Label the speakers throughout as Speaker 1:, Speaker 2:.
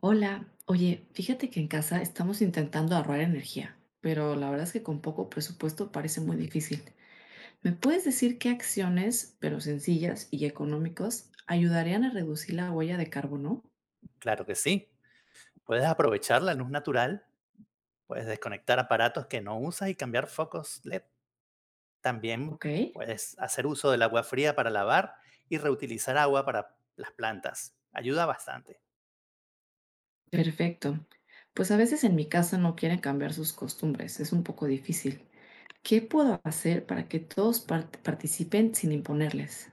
Speaker 1: Hola, oye, fíjate que en casa estamos intentando ahorrar energía, pero la verdad es que con poco presupuesto parece muy difícil. ¿Me puedes decir qué acciones, pero sencillas y económicas, ayudarían a reducir la huella de carbono?
Speaker 2: Claro que sí. Puedes aprovechar la luz natural, puedes desconectar aparatos que no usas y cambiar focos LED. También
Speaker 1: Ok,
Speaker 2: puedes hacer uso del agua fría para lavar y reutilizar agua para las plantas. Ayuda bastante.
Speaker 1: perfecto. Pues a veces en mi casa no quieren cambiar sus costumbres, es un poco difícil. ¿Qué puedo hacer para que todos participen sin imponerles?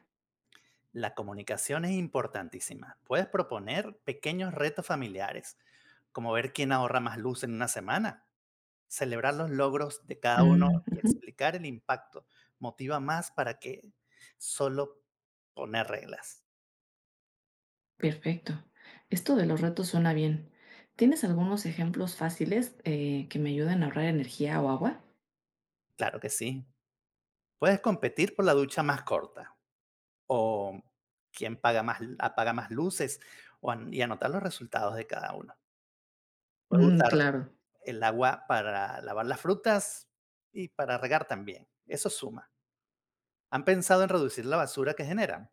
Speaker 2: La comunicación es importantísima. Puedes proponer pequeños retos familiares, como ver quién ahorra más luz en una semana. Celebrar los logros de cada uno
Speaker 1: Mm,
Speaker 2: y
Speaker 1: ujú.
Speaker 2: explicar el impacto motiva más para que solo poner reglas.
Speaker 1: Perfecto. Esto de los retos suena bien. ¿Tienes algunos ejemplos fáciles que me ayuden a ahorrar energía o agua?
Speaker 2: Claro que sí. Puedes competir por la ducha más corta o quién paga más, apaga más luces o y anotar los resultados de cada uno. Puedes
Speaker 1: Mm,
Speaker 2: usar
Speaker 1: claro.
Speaker 2: el agua para lavar las frutas y para regar también. Eso suma. ¿Han pensado en reducir la basura que generan?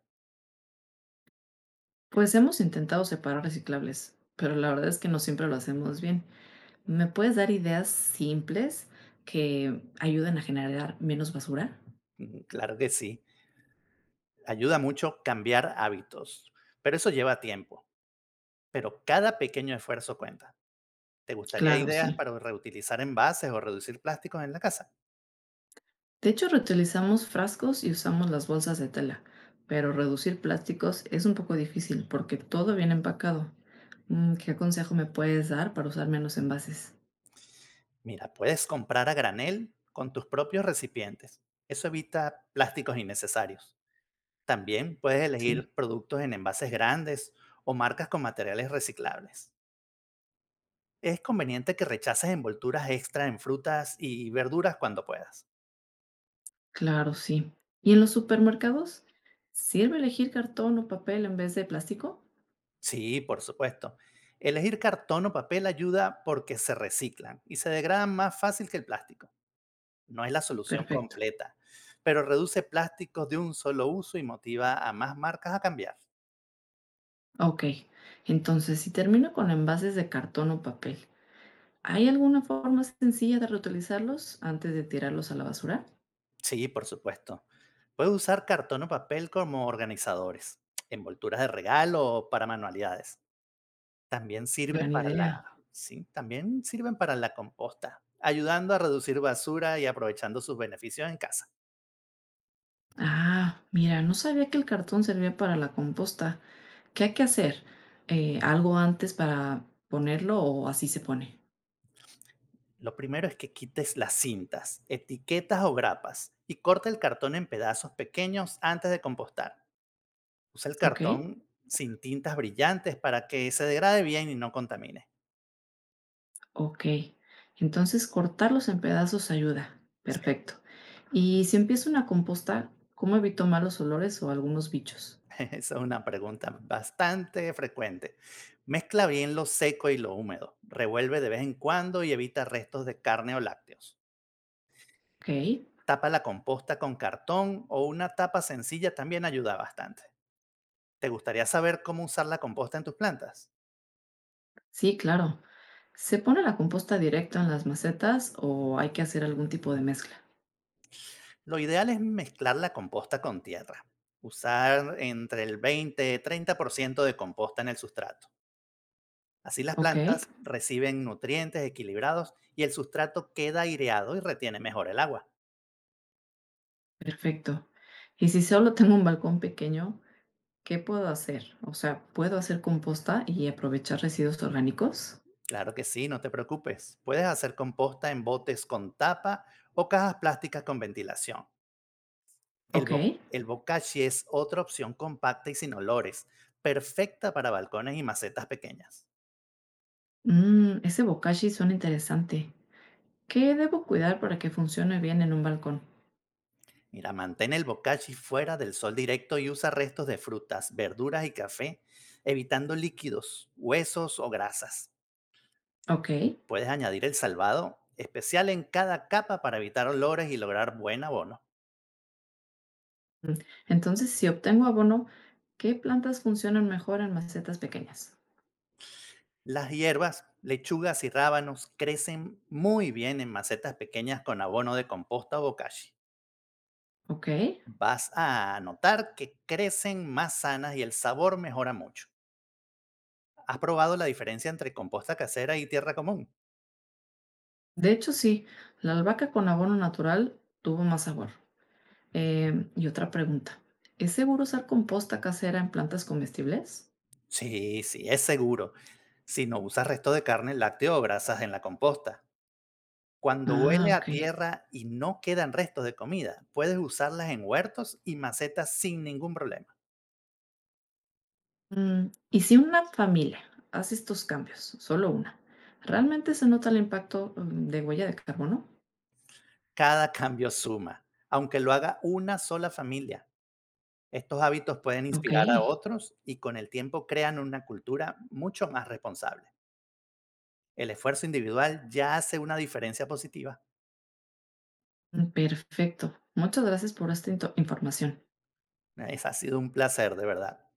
Speaker 1: Pues hemos intentado separar reciclables, pero la verdad es que no siempre lo hacemos bien. ¿Me puedes dar ideas simples que ayuden a generar menos basura?
Speaker 2: Claro que sí. Ayuda mucho cambiar hábitos, pero eso lleva tiempo. Pero cada pequeño esfuerzo cuenta. ¿Te gustaría
Speaker 1: Claro,
Speaker 2: ideas
Speaker 1: sí.
Speaker 2: para reutilizar envases o reducir plásticos en la casa?
Speaker 1: De hecho, reutilizamos frascos y usamos las bolsas de tela, pero reducir plásticos es un poco difícil porque todo viene empacado. Mm, ¿qué consejo me puedes dar para usar menos envases?
Speaker 2: Mira, puedes comprar a granel con tus propios recipientes. Eso evita plásticos innecesarios. También puedes
Speaker 1: Sí,
Speaker 2: elegir productos en envases grandes o marcas con materiales reciclables. Es conveniente que rechaces envolturas extra en frutas y verduras cuando puedas.
Speaker 1: claro, sí. ¿Y en los supermercados? ¿Sirve elegir cartón o papel en vez de plástico?
Speaker 2: Sí, por supuesto. Elegir cartón o papel ayuda porque se reciclan y se degradan más fácil que el plástico. No es la solución
Speaker 1: Perfecto.
Speaker 2: completa, pero reduce plásticos de un solo uso y motiva a más marcas a cambiar.
Speaker 1: Ok. Entonces, si termino con envases de cartón o papel, ¿hay alguna forma sencilla de reutilizarlos antes de tirarlos a la basura?
Speaker 2: Sí, por supuesto. Puedes usar cartón o papel como organizadores, envolturas de regalo o para manualidades. También sirve
Speaker 1: Gran
Speaker 2: para la,
Speaker 1: idea.
Speaker 2: sí, también sirven para la composta, ayudando a reducir basura y aprovechando sus beneficios en casa.
Speaker 1: Ah, mira, no sabía que el cartón servía para la composta. ¿Qué hay que hacer? ¿Algo antes para ponerlo o así se pone?
Speaker 2: Lo primero es que quites las cintas, etiquetas o grapas y corta el cartón en pedazos pequeños antes de compostar. Usa el
Speaker 1: Ok.
Speaker 2: cartón sin tintas brillantes para que se degrade bien y no contamine.
Speaker 1: Ok, entonces cortarlos en pedazos ayuda.
Speaker 2: Sí.
Speaker 1: Perfecto. Y si empiezo una composta, ¿cómo evito malos olores o algunos bichos?
Speaker 2: Esa es una pregunta bastante frecuente. Mezcla bien lo seco y lo húmedo. Revuelve de vez en cuando y evita restos de carne o lácteos.
Speaker 1: Ok,
Speaker 2: Tapa la composta con cartón o una tapa sencilla también ayuda bastante. ¿Te gustaría saber cómo usar la composta en tus plantas?
Speaker 1: sí, claro. ¿Se pone la composta directa en las macetas o hay que hacer algún tipo de mezcla?
Speaker 2: Lo ideal es mezclar la composta con tierra. Usar entre el 20 y 30% de composta en el sustrato. Así las
Speaker 1: Ok,
Speaker 2: plantas reciben nutrientes equilibrados y el sustrato queda aireado y retiene mejor el agua.
Speaker 1: perfecto. Y si solo tengo un balcón pequeño, ¿qué puedo hacer? O sea, ¿puedo hacer composta y aprovechar residuos orgánicos?
Speaker 2: Claro que sí, no te preocupes. Puedes hacer composta en botes con tapa o cajas plásticas con ventilación. El,
Speaker 1: Ok.
Speaker 2: bo- el bokashi es otra opción compacta y sin olores, perfecta para balcones y macetas pequeñas.
Speaker 1: Mm, ese bokashi suena interesante. ¿Qué debo cuidar para que funcione bien en un balcón?
Speaker 2: Mira, mantén el bokashi fuera del sol directo y usa restos de frutas, verduras y café, evitando líquidos, huesos o grasas.
Speaker 1: Ok,
Speaker 2: Puedes añadir el salvado especial en cada capa para evitar olores y lograr buen abono.
Speaker 1: entonces si obtengo abono, ¿qué plantas funcionan mejor en macetas pequeñas?
Speaker 2: Las hierbas, lechugas y rábanos crecen muy bien en macetas pequeñas con abono de composta o bokashi.
Speaker 1: Ok,
Speaker 2: Vas a notar que crecen más sanas y el sabor mejora mucho. ¿Has probado la diferencia entre composta casera y tierra común?
Speaker 1: de hecho sí, la albahaca con abono natural tuvo más sabor. Y otra pregunta, ¿es seguro usar composta casera en plantas comestibles?
Speaker 2: Sí, sí, es seguro. Si no usas resto de carne, lácteo o grasas en la composta. Cuando huele
Speaker 1: Ah,
Speaker 2: a
Speaker 1: ok.
Speaker 2: tierra y no quedan restos de comida, puedes usarlas en huertos y macetas sin ningún problema.
Speaker 1: Mm, ¿y si una familia hace estos cambios, solo una, realmente se nota el impacto de huella de carbono?
Speaker 2: Cada cambio suma, aunque lo haga una sola familia. Estos hábitos pueden
Speaker 1: Ok.
Speaker 2: inspirar a otros y con el tiempo crean una cultura mucho más responsable. El esfuerzo individual ya hace una diferencia positiva.
Speaker 1: Mm, perfecto. Muchas gracias por esta into información.
Speaker 2: Esa ha sido un placer, de verdad.